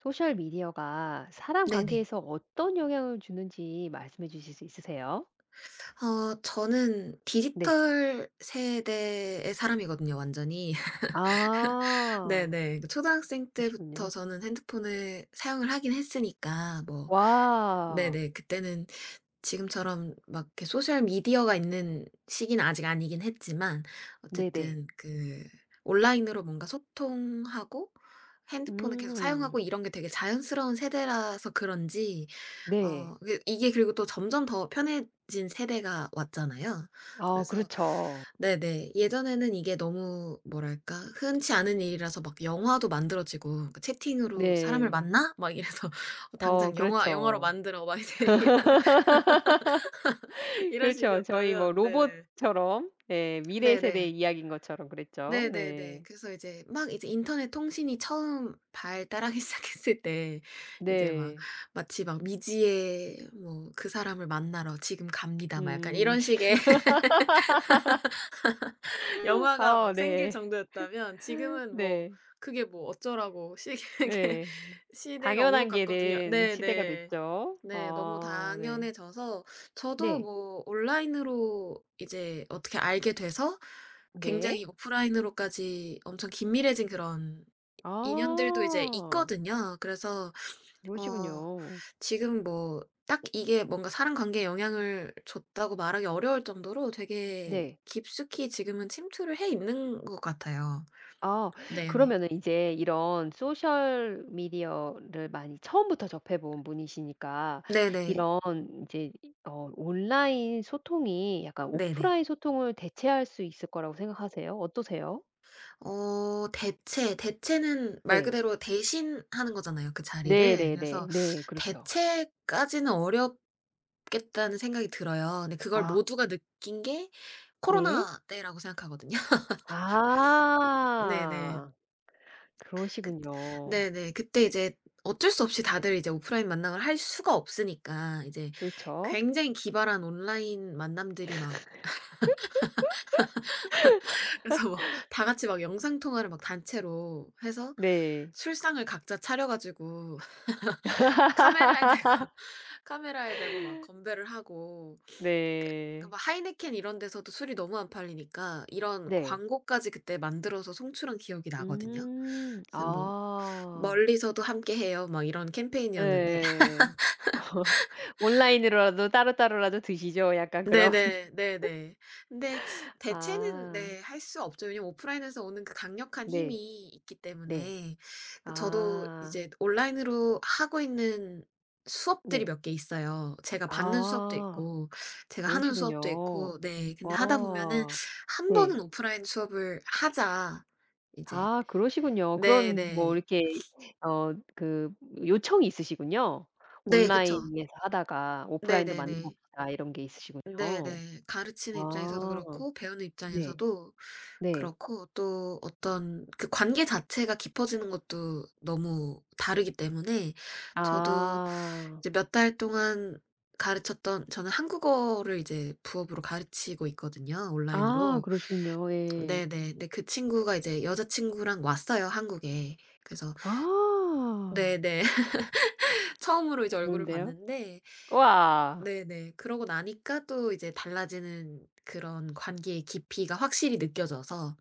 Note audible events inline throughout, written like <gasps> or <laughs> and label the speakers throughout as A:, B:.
A: 소셜 미디어가 사람
B: 네네.
A: 관계에서 어떤 영향을 주는지 말씀해 주실 수 있으세요?
B: 저는
A: 네.
B: 디지털 세대의 사람이거든요, 완전히. <laughs>
A: 아.
B: 네네. 그 초등학생
A: 그러시군요.
B: 때부터 저는 핸드폰을 사용을 하긴 했으니까, 뭐
A: 와.
B: 네네. 그때는 지금처럼 막 이렇게 소셜 미디어가 있는 시기는 아직 아니긴 했지만,
A: 네네.
B: 어쨌든 그 온라인으로 뭔가 소통하고 핸드폰을 계속
A: 음.
B: 사용하고 이런 게 되게 자연스러운 세대라서 그런지 어
A: 네.
B: 그 이게 그리고 또 점점 더 편해진 세대가 왔잖아요.
A: 아
B: 그래서
A: 그렇죠.
B: 네네. 예전에는 이게 너무 뭐랄까 흔치 않은 일이라서 막 영화도 만들어지고, 그 '채팅으로 사람을
A: 네.
B: 만나?' 막 이래서
A: 어
B: 당장 영화로
A: 그렇죠.
B: 만들어, 막 이제 <laughs> 이런
A: <laughs>
B: 이런
A: 그렇죠. 저희 뭐
B: 식이었다면. 네네.
A: 로봇처럼 예 미래
B: 네네.
A: 세대의 이야기인 것처럼 그랬죠.
B: 네네네.
A: 네.
B: 그래서 이제 막 이제 인터넷 통신이 처음 발달하기 <laughs> 시작했을 때, 이제 막
A: 네.
B: 마치 막 미지의, 뭐 "그 사람을 만나러 지금 갑니다." 막 약간
A: 음.
B: 이런 식의
A: <laughs>
B: 영화가
A: 아
B: 막 생길
A: 네.
B: 정도였다면,
A: <laughs>
B: 지금은 뭐
A: 네.
B: 그게 뭐 어쩌라고, 시계 <laughs>
A: 네.
B: 시대가 온 것
A: 당연한 게
B: 같거든요.
A: 된
B: 네네.
A: 시대가
B: 네.
A: 됐죠.
B: 네, 너무
A: 아 네.
B: 당연해져서 저도
A: 네.
B: 뭐 온라인으로 이제 어떻게 알게 돼서 굉장히
A: 네.
B: 오프라인으로까지 엄청 긴밀해진 그런 인연들도 이제
A: 아.
B: 있거든요. 그래서 어
A: 그러시군요.
B: 지금 뭐 딱 이게 뭔가 사람 관계에 영향을 줬다고 말하기 어려울 정도로 되게
A: 네.
B: 깊숙이 지금은 침투를 해 있는 것 같아요.
A: 아
B: 네네.
A: 그러면은 이제 이런 소셜 미디어를 많이 처음부터 접해 본 분이시니까
B: 네네.
A: 이런 이제 온라인 소통이 약간
B: 네네.
A: 오프라인 소통을 대체할 수 있을 거라고 생각하세요? 어떠세요?
B: 대체는 말
A: 네.
B: 그대로 대신하는 거잖아요, 그 자리를.
A: 네네네. 네.
B: 그래서
A: 네, 그렇죠.
B: '대체까지는 어렵겠다.'는 생각이 들어요. 근데 그걸
A: 아
B: 모두가 느낀 게
A: 네.
B: 코로나 때라고 생각하거든요. <laughs> 네네.
A: 아.
B: 그
A: 그러시군요.
B: 네네. 그때 이제 어쩔 수 없이 다들 이제 오프라인 만남을 할 수가 없으니까, 이제
A: 그렇죠.
B: 굉장히 기발한 온라인 만남들이 막 <laughs> 그래서 뭐 다 같이 막 영상 통화를 막 단체로 해서
A: 네.
B: 술상을 각자 차려 가지고 <laughs> 카메라에 대고 카메라에 대고 막 건배를 하고, 그 그
A: 네.
B: 막 하이네켄 이런 데서도 술이 너무 안 팔리니까 이런
A: 네.
B: 광고까지 그때 만들어서 송출한 기억이 나거든요.
A: 음.
B: 그래서 뭐
A: 아.
B: "멀리서도 함께해요." 막 이런 캠페인이었는데.
A: 예. 온라인으로라도 따로따로라도 드시죠? 약간 그런. <laughs>
B: 네네. 네네. 근데 대체는
A: 아.
B: 네 할 수 없죠. 왜냐면 오프라인에서 오는 그 강력한
A: 네.
B: 힘이 있기
A: 네.
B: 때문에. 그 저도
A: 아.
B: 이제 온라인으로 하고 있는 수업들이
A: 네.
B: 몇 개 있어요. 제가 받는 수업도
A: 아.
B: 있고 제가 하는 수업도 있고.
A: 그러시군요.
B: 네 근데 하다 보면은
A: 와.
B: '한
A: 네.
B: 번은 오프라인 수업을 하자.' 이제.
A: 아 그러시군요. 그런 뭐
B: 네네.
A: 이렇게 그 요청이 있으시군요.
B: 네 그쵸.
A: 온라인에서 하다가 '오프라인도 만나
B: 네네네.
A: 봅시다.' 이런 게 있으시군요.
B: 네네. 가르치는 입장에서도
A: 아
B: 그렇고 배우는
A: 네.
B: 입장에서도
A: 네.
B: 그렇고, 또 어떤 그 관계 자체가 깊어지는 것도 너무 다르기 때문에. 저도
A: 아.
B: 이제 몇 달 동안 가르쳤던, 저는 한국어를 이제 부업으로 가르치고 있거든요,
A: 아
B: 온라인으로.
A: 그러시군요. 예.
B: 네네. 근데 그 친구가 이제 여자친구랑 왔어요, 한국에. 그래서
A: 아
B: 네네. <laughs> 처음으로 이제 얼굴을
A: 좋은데요.
B: 봤는데.
A: 와
B: 네네. 그러고 나니까 또 이제 달라지는 그런 관계의 깊이가 확실히 느껴져서.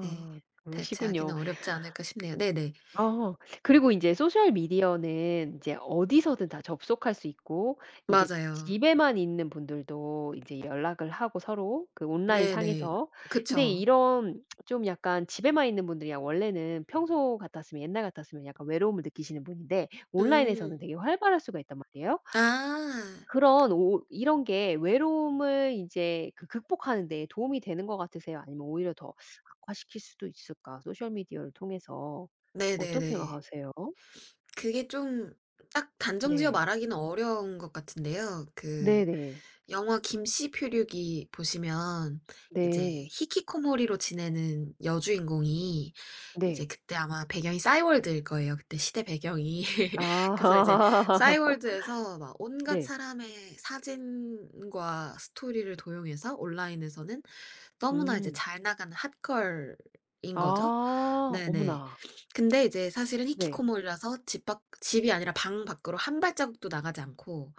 B: 네. 대체하기는
A: 그러시군요.
B: 어렵지 않을까 싶네요. 네네.
A: 어. 그리고 이제 소셜 미디어는 이제 어디서든 다 접속할 수 있고 이제
B: 맞아요.
A: 집에만 있는 분들도 이제 연락을 하고 서로 그 온라인
B: 네네.
A: 상에서. 근데
B: 그쵸.
A: 이런 좀 약간 집에만 있는 분들이야 원래는 평소 같았으면 옛날 같았으면 약간 외로움을 느끼시는 분인데 온라인에서는
B: 음.
A: 되게 활발할 수가 있단 말이에요.
B: 아.
A: 그런 오 이런 게 외로움을 이제 그 극복하는 데 도움이 되는 것 같으세요? 아니면 오히려 더 악화시킬 수도 있을까? 소셜 미디어를 통해서. 어떻게
B: 네네네.
A: 생각하세요?
B: 그게 좀 딱 단정 지어
A: 네.
B: 말하기는 어려운 것 같은데요. 그
A: 네네. 네.
B: 영화 김씨표류기 보시면, 이제
A: 네.
B: 히키코모리로 지내는 여주인공이 이제
A: 네.
B: 그때 아마 배경이 싸이월드일 거예요. 그때 시대 배경이. <laughs> 그래서 이제
A: 아. <laughs>
B: 싸이월드에서 막 온갖
A: 네.
B: 사람의 사진과 스토리를 도용해서 온라인에서는 너무나 이제
A: 음.
B: 잘 나가는 핫걸인 거죠.
A: 아.
B: 네네.
A: 어머나.
B: 근데 이제 사실은
A: 네.
B: 히키코모리라서 집 밖 집이 아니라 방 밖으로 한 발자국도 나가지 않고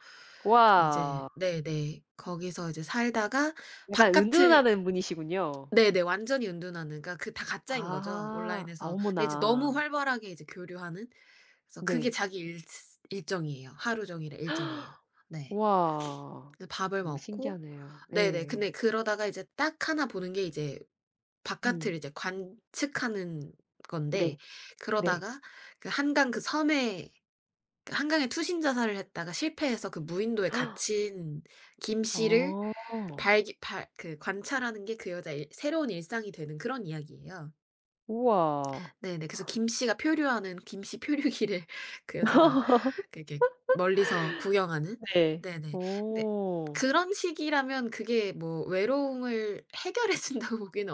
B: 이제.
A: 와.
B: 네네. 거기서 이제 살다가
A: 약간
B: 바깥을.
A: 은둔하는 분이시군요.
B: 네네. 완전히 은둔하는, 그러니까 그 다 가짜인 거죠,
A: 아. 아
B: 온라인에서. 근데 이제 너무
A: 어머나.
B: 활발하게 이제 교류하는. 그래서 그게
A: 네.
B: 자기 일 일정이에요. 하루 종일의 일정이에요. 네.
A: 와.
B: 그래서 밥을
A: 너무
B: 먹고.
A: 신기하네요.
B: 네네.
A: 네,
B: 근데 그러다가 이제 딱 하나 보는 게 이제
A: 음.
B: 바깥을 이제 관측하는 건데,
A: 네. 네.
B: 그러다가 그 한강 그 섬에, 그 한강에 투신 자살을 했다가 실패해서 그 무인도에 갇힌 김 씨를
A: 오,
B: 발기 발 그 관찰하는 게 그 여자의 새로운 일상이 되는 그런 이야기예요.
A: 우와.
B: 네네. 그래서 김 씨가 표류하는 김씨 표류기를 <laughs> 그 여자가 그 이렇게 멀리서 구경하는.
A: 네.
B: 네네. 근데
A: 어.
B: 그런 식이라면 그게 뭐 외로움을 해결해 준다고 <laughs> 보기는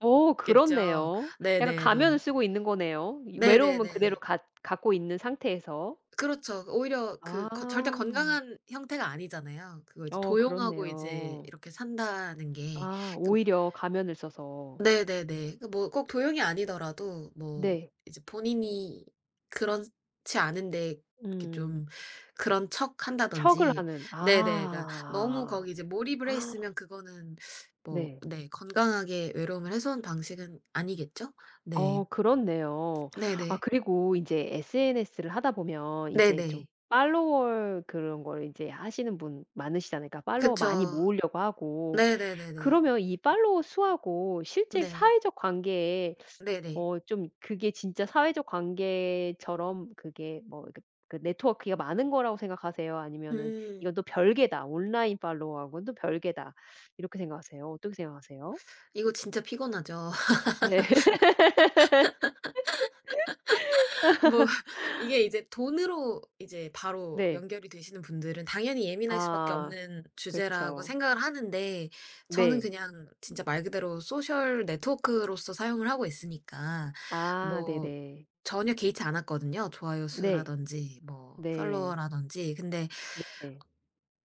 A: 어 그렇네요. 약간 가면을
B: 네네네.
A: 쓰고 있는 거네요. 이 외로움은 그대로
B: 네네네.
A: 갖 갖고 있는 상태에서.
B: 그렇죠. 오히려 그 거 절대
A: 아.
B: 건강한 형태가 아니잖아요. 그거 이제
A: 어
B: 도용하고 이제
A: 그렇네요.
B: 이렇게 산다는 게.
A: 아
B: 그
A: 오히려 가면을 써서.
B: 네네네. 그 뭐 꼭 도용이 아니더라도, 뭐
A: 네.
B: 이제 본인이 그렇지 않은데 이렇게
A: 음.
B: 좀 그런 척
A: 척을
B: 한다든지.
A: 하는.
B: 네네. 그러니까 너무
A: 아.
B: 거기 이제 몰입을 해 있으면 그거는 뭐
A: 네.
B: 네 건강하게 외로움을 해소한 방식은 아니겠죠? 네.
A: 어 그렇네요. 아
B: 네네.
A: 그리고 이제 SNS를 하다 보면 이제 좀
B: 네네.
A: 팔로워 그런 걸 이제 하시는 분 많으시잖아요. 그러니까 팔로워
B: 그쵸.
A: 많이 모으려고 하고
B: 네네네네.
A: 그러면 이 팔로워 수하고 실제
B: 네.
A: 사회적 관계에
B: 네네.
A: 좀 그게 진짜 사회적 관계처럼 그게 뭐 그 네트워크가 많은 거라고 생각하세요? 아니면은
B: 음.
A: 이건 또 별개다. 온라인 팔로워하고는 또 별개다. 이렇게 생각하세요? 어떻게 생각하세요?
B: 이거 진짜 피곤하죠. <laughs>
A: 네. <laughs>
B: 뭐 이게 이제 돈으로 이제 바로
A: 네.
B: 연결이 되시는 분들은 당연히
A: 아
B: 예민할 수밖에 없는
A: 그렇죠
B: 주제라고 생각을 하는데, 저는
A: 네.
B: 그냥 진짜 말 그대로 소셜 네트워크로서 사용을 하고 있으니까
A: 아
B: 뭐
A: 네네.
B: 전혀 개의치 않았거든요. 좋아요
A: 네.
B: 수라든지 뭐
A: 네.
B: 팔로워라든지. 근데
A: 네.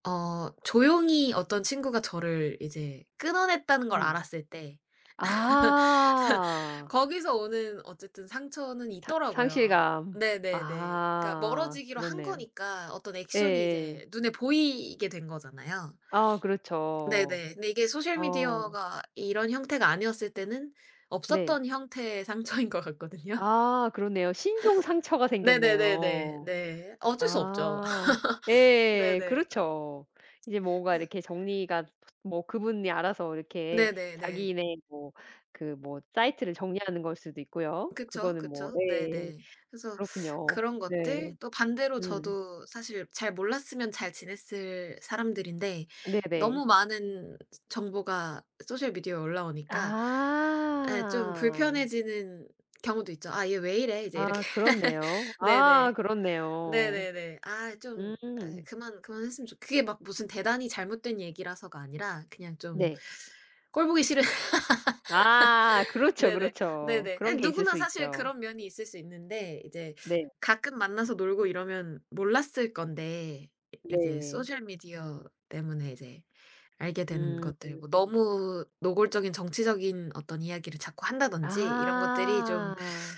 B: 조용히 어떤 친구가 저를 이제 끊어냈다는 걸
A: 음.
B: 알았을 때,
A: 아.
B: 거기서 오는 어쨌든 상처는
A: 상
B: 있더라고요.
A: 상실감.
B: 네네네. 그러니까
A: 아
B: 멀어지기로 한
A: 그렇네요.
B: 거니까 어떤 액션이
A: 예예.
B: 이제 눈에 보이게 된 거잖아요.
A: 아 그렇죠.
B: 네네. 근데 이게 소셜
A: 어
B: 미디어가 이런 형태가 아니었을 때는
A: 네.
B: 없었던 형태의 <laughs> 상처인 것 같거든요.
A: 아 그렇네요. 신종 상처가
B: 네네네네.
A: 생겼네요.
B: 네. 어쩔 수 없죠.
A: 아.
B: <laughs>
A: 예.
B: 네네.
A: 그렇죠. 이제 뭔가
B: 그래서
A: 이렇게 정리가 뭐 그분이 알아서 이렇게
B: 네네네.
A: 자기네 뭐 그 뭐 사이트를 정리하는 걸 수도 있고요.
B: 그쵸,
A: 그거는 뭐
B: 그쵸.
A: 예. 예.
B: 네네. 그래서
A: 그렇군요.
B: 그런
A: 네.
B: 것들 또 반대로
A: 음.
B: 저도 사실 잘 몰랐으면 잘 지냈을 사람들인데,
A: 네네.
B: 너무 많은 정보가 소셜 미디어에 올라오니까, 에, 좀
A: 아.
B: 불편해지는 경우도 있죠. '아 얘 왜 이래?' 이제 이렇게.
A: 아
B: <laughs>
A: 그렇네요. 아
B: 네네.
A: 그렇네요.
B: 네네네. 아 좀 에,
A: 음.
B: 그만했으면 좋, 그게 막 무슨 대단히 잘못된 얘기라서가 아니라 그냥 좀
A: 네.
B: 꼴 보기 싫은.
A: 아 그렇죠,
B: 네네.
A: 그렇죠.
B: 네네.
A: 그런
B: 아니,
A: 게 있을
B: 누구나
A: 수
B: 사실
A: 있죠.
B: 그런 면이 있을 수 있는데, 이제
A: 네.
B: 가끔 만나서 놀고 이러면 몰랐을 건데 이 이제
A: 네.
B: 소셜 미디어 때문에 이제 알게 되는
A: 음.
B: 것들, 뭐 너무 노골적인 정치적인 어떤 이야기를 자꾸 한다든지 이런 것들이 좀
A: 아.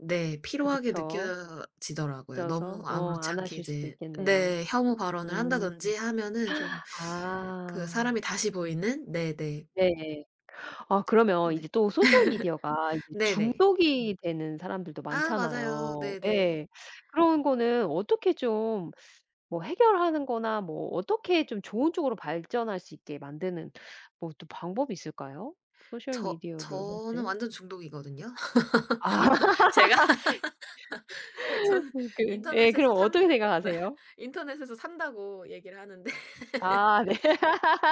B: 네 피로하게
A: 그렇죠.
B: 느껴지더라고요. 너무
A: 쪄서 어
B: 아무렇지
A: 안
B: 않게
A: 하실 수도
B: 이제
A: 있겠네요.
B: 네 혐오 발언을
A: 음.
B: 한다든지 하면은, 좀 그
A: 아.
B: 사람이 다시 보이는. 네네.
A: 네. 아 그러면 이제
B: 네.
A: 또 소셜 미디어가 이제
B: 네네.
A: 중독이 되는 사람들도
B: 아 맞아요.
A: 많잖아요.
B: 네네.
A: 예. 그런 거는 어떻게 좀 뭐 해결하는 거나 뭐 어떻게 좀 좋은 쪽으로 발전할 수 있게 만드는 뭐 또 방법이 있을까요? 소셜 미디어를 할
B: 저는
A: 때?
B: 완전 중독이거든요.
A: 아 <laughs>
B: <laughs> 제가 <laughs> 저는
A: 그 예
B: 인터넷에서
A: 그럼 어떻게
B: 산 네
A: 생각하세요?
B: <laughs> 인터넷에서 산다고 얘기를 하는데
A: 아 네. <laughs>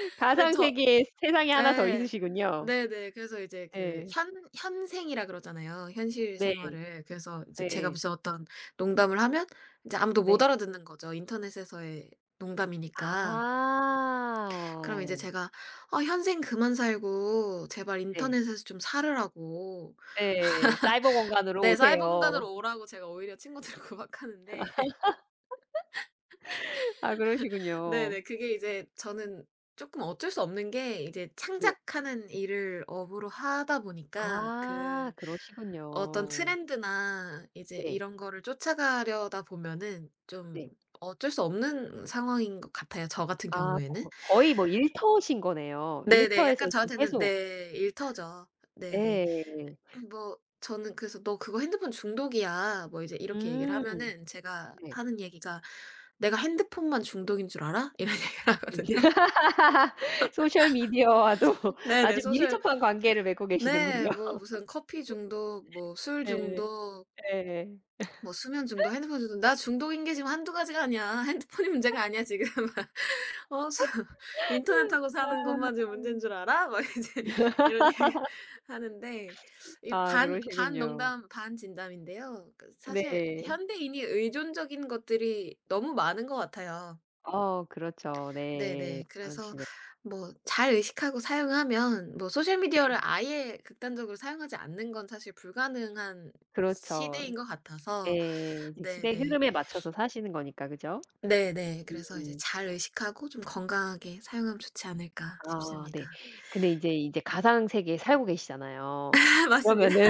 B: <laughs> 네
A: 가상
B: 저
A: 세계에 세상이 하나 더
B: 예.
A: 있으시군요.
B: 네네. 그래서 이제 그
A: 예.
B: 현 현생이라 그러잖아요, 현실
A: 네.
B: 생활을. 그래서 이제 제가
A: 예예.
B: 무슨 어떤 농담을 하면 이제 아무도 못
A: 네.
B: 알아듣는 거죠, 인터넷에서의 농담이니까. 그럼 이제
A: 아.
B: 제가 "아 현생 그만 살고 제발
A: 네.
B: 인터넷에서 좀 살으라."고.
A: 예. 사이버 공간으로
B: 네 사이버
A: 오세요.
B: 공간으로 오라고 제가 오히려 친구 들 구박 하는데 <laughs>
A: 아 그러시군요.
B: 네네. 그게 이제 저는 조금 어쩔 수 없는 게, 이제
A: 네.
B: 창작하는 일을 업으로 하다 보니까
A: 아
B: 그 어떤
A: 그러시군요.
B: 트렌드나 이제
A: 네.
B: 이런 거를 쫓아가려다 보면은 좀
A: 네.
B: 어쩔 수 없는 상황인 것 같아요, 저 같은
A: 아
B: 경우에는.
A: 거 거의 뭐 일터신 거네요.
B: 네네.
A: 일터에서
B: 약간
A: 지금
B: 저한테는
A: 계속
B: 네 일터죠. 네네.
A: 예.
B: 뭐 저는 그래서 "너 그거 핸드폰 중독이야." 뭐 이제 이렇게 얘기를
A: 음.
B: 하면은 제가
A: 네.
B: 하는 얘기가 "내가 핸드폰만 중독인 줄 알아?" 이런 <laughs> 얘기를
A: <laughs>
B: 하거든요.
A: 소셜 미디어와도 <laughs>
B: 네네.
A: 아주
B: 소실
A: 밀접한 관계를 맺고
B: 네
A: 계시는군요.
B: 뭐 무슨 커피 중독, 뭐 술
A: 예.
B: 중독,
A: 예.
B: 뭐 수면 중독, 핸드폰 중독, 나 중독인 게 지금 한두 가지가 아니야. <laughs> 핸드폰이 문제가 아니야 지금. <laughs> "어 수 인터넷하고 사는
A: 아.
B: 것만 지금 문제인 줄 알아?" 막 이제 <laughs> 이런 얘기 하는데. 이
A: 아
B: 반
A: 그러시군요.
B: 농담 반 진담인데요. 그 사실
A: 네.
B: 현대인이 의존적인 것들이 너무 많은 것 같아요.
A: 어 그렇죠. 네.
B: 네네. 그래서
A: 그러시네요.
B: 뭐 잘 의식하고 사용하면, 뭐 소셜 미디어를 아예 극단적으로 사용하지 않는 건 사실 불가능한
A: 그렇죠.
B: 시대인 것 같아서.
A: 네. 이제 시대의
B: 네네.
A: 흐름에 맞춰서 사시는 거니까 그죠?
B: 네네. 그래서 이제
A: 음.
B: 잘 의식하고 좀 건강하게 사용하면 좋지 않을까
A: 아 네.
B: 싶습니다.
A: 근데 인제 이제 가상 세계에 살고 계시잖아요.
B: <laughs> 맞습니다.
A: 그러면은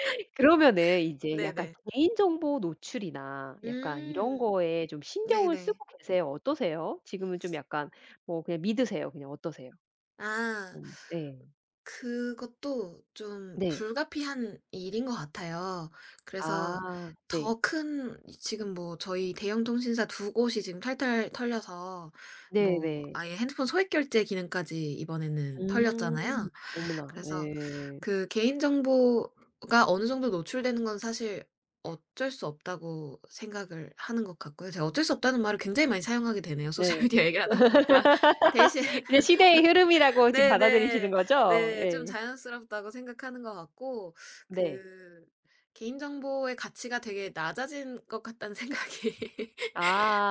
A: <laughs> 그러면은 이제 약간
B: 네네.
A: 개인정보 노출이나 약간 이런
B: 음.
A: 거에 좀 신경을
B: 네네.
A: 쓰고 계세요? 어떠세요? 지금은 좀 약간 뭐 그냥 믿으세요? 그냥 어떠세요?
B: 아.
A: 네.
B: 그것도 좀
A: 네.
B: 불가피한 일인 것 같아요. 그래서
A: 아 네.
B: 더 큰 지금, 뭐 저희 대형 통신사 두 곳이 지금 탈탈 털려서 뭐
A: 네네.
B: 아예 핸드폰 소액 결제 기능까지 이번에는
A: 음.
B: 털렸잖아요.
A: 어머나.
B: 그래서
A: 네.
B: 그 개인정보가 어느 정도 노출되는 건 사실 어쩔 수 없다고 생각을 하는 것 같고요. 제가 어쩔 수 없다는 말을 굉장히 많이 사용하게 되네요, 소셜
A: 네.
B: 미디어 얘기를 하다 보니까. <laughs>
A: <laughs>
B: 대신
A: 그냥 시대의 흐름이라고 지금 받아들이시는
B: 네네.
A: 거죠?
B: 네. 좀
A: 예.
B: 자연스럽다고 생각하는 것 같고
A: 네.
B: 그 개인정보의 가치가 되게 낮아진 것 같다는 생각이 <laughs>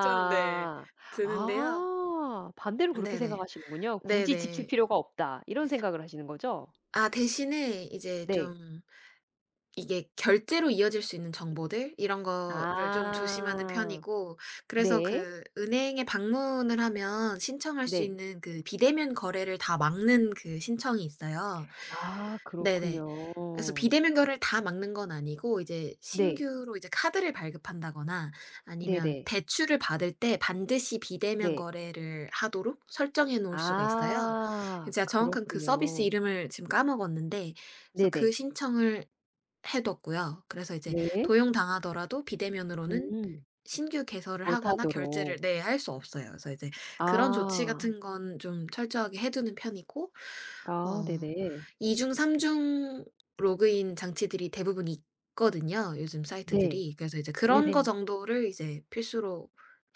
B: 좀 네 드는데요.
A: 아 반대로 그렇게
B: 네네.
A: 생각하시는군요. '굳이 지킬
B: 네네.
A: 필요가 없다.' 이런 생각을 하시는 거죠?
B: 아 대신에 이제
A: 네.
B: 좀 이게 결제로 이어질 수 있는 정보들 이런 거를 좀 조심하는
A: 아.
B: 편이고, 그래서
A: 네.
B: 그 은행에 방문을 하면 신청할 수
A: 네.
B: 있는 그 비대면 거래를 다 막는 그 신청이 있어요.
A: 아
B: 네네.
A: 그렇군요.
B: 그래서 비대면 거래를 다 막는 건 아니고 이제
A: 네.
B: 신규로 이제 카드를 발급한다거나 아니면
A: 네네.
B: 대출을 받을 때 반드시 비대면
A: 네.
B: 거래를 하도록 설정해 놓을 수가 있어요.
A: 아
B: 제가 정확한 그 서비스
A: 그렇군요.
B: 이름을 지금 까먹었는데. 그래서
A: 네
B: 그
A: 네.
B: 신청을 해뒀고요. 그래서 이제
A: 네.
B: 도용당하더라도 비대면으로는
A: 음.
B: 신규 개설을 하거나 결제를
A: 못하도록.
B: 네 할 수 없어요. 그래서 이제 그런 조치
A: 아.
B: 같은 건 좀 철저하게 해 두는 편이고,
A: 아 네
B: 어
A: 네.
B: 2 중 3중 로그인 장치들이 대부분 있거든요, 요즘
A: 네.
B: 사이트들이. 그래서 이제 그런 거
A: 네네.
B: 정도를 이제 필수로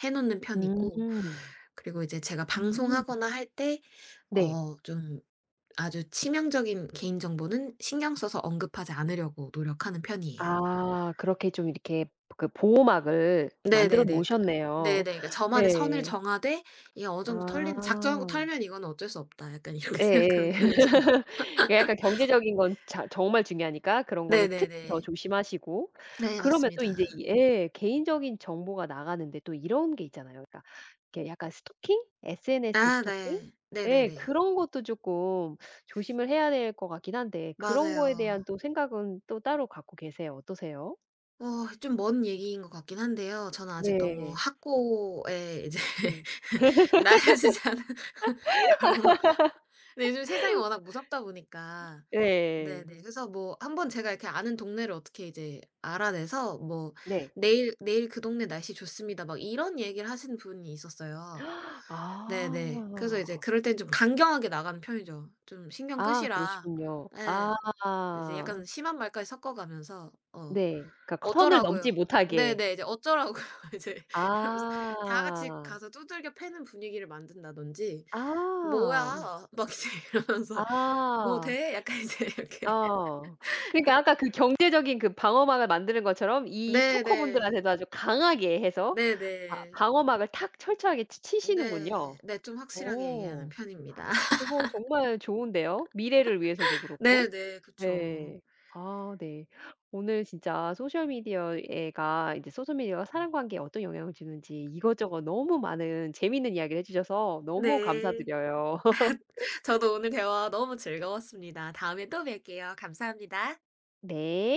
B: 해 놓는 편이고,
A: 음.
B: 그리고 이제 제가
A: 음.
B: 방송하거나 할때
A: 네.
B: 어좀 아주 치명적인 개인정보는 신경 써서 언급하지 않으려고 노력하는 편이에요.
A: 아 그렇게 좀 이렇게 그 보호막을 만들어
B: 네네네. 그러니까 네네.
A: 놓으셨네요.
B: 그러니까 저만의 선을
A: 네.
B: 정하되 이게 어느 정도 털린, '작정하고
A: 아.
B: 털면 이거는 어쩔 수 없다.' 약간 이렇게 <laughs>
A: 예예.
B: 생각하는
A: 이게
B: 편이죠.
A: <laughs> 약간 경제적인 건 자 정말 중요하니까 그런 거는 특히 더
B: 네네네.
A: 조심하시고
B: 네
A: 그러면 또
B: 맞습니다.
A: 인제 이 예 개인적인 정보가 나가는데 또 이런 게 있잖아요. 그러니까 이렇게 약간 스토킹? SNS
B: 아
A: 스토킹?
B: 네.
A: 예
B: 네네네.
A: 그런 것도 쪼끔 조심을 해야 될 것 같긴 한데 그런 거에 대한
B: 맞아요.
A: 또 생각은 또 따로 갖고 계세요? 어떠세요?
B: 좀 먼 얘기인 것 같긴 한데요. 저는 아직 너무
A: 네.
B: 학고에 이제
A: 음.
B: <laughs> 낮아지지 않은 거라서. 근데 요즘 세상이 워낙 무섭다 보니까.
A: 예.
B: 네네. 그래서 뭐 한번 제가 이렇게 아는 동네를 어떻게 이제 알아내서, 뭐
A: 네.
B: " 내일 그 동네 날씨 좋습니다." 막 이런 얘기를 하시는 분이 있었어요.
A: <gasps>
B: 네네. 그래서 이제
A: 아.
B: 그럴 땐 좀 강경하게 나가는 편이죠. "좀 신경
A: 아
B: 끄시라."
A: 그러시군요.
B: 예.
A: 아.
B: 이제 약간 심한 말까지 섞어 가면서
A: 네. 그러니까 그 선을 넘지
B: "어쩌라고요?"
A: 못하게.
B: 네네. 이제 "어쩌라고요?" <laughs> 이제 이러면서 다 같이
A: 아.
B: 가서 두들겨 패는 분위기를 만든다든지
A: 아.
B: "뭐야?" 막 이제 이러면서 "뭐
A: 아.
B: 돼?" 약간 이제 이렇게.
A: 어. 그러니까 아까 그 경제적인 그 방어막을 만드는 것처럼
B: <laughs>
A: 이
B: 네네.
A: 스토커분들한테도 아주 강하게 해서 아,
B: 네네.
A: 방어막을 탁 철저하게 치
B: 네.
A: 치시는군요.
B: 네 좀 확실하게 얘기하는
A: 오.
B: 편입니다. <laughs>
A: 그거 정말 좋은데요. 미래를 위해서도 그렇고.
B: 네네. 그쵸.
A: 네. 아 네. 오늘 진짜 소셜 미디어에가 이제 소셜 미디어가 사람 관계에 어떤 영향을 주는지 이것저것 너무 많은 재미있는 이야기를 해 주셔서 너무
B: 네.
A: 감사드려요.
B: 저도 오늘 대화 너무 즐거웠습니다. 다음에 또 뵐게요. 감사합니다.
A: 네.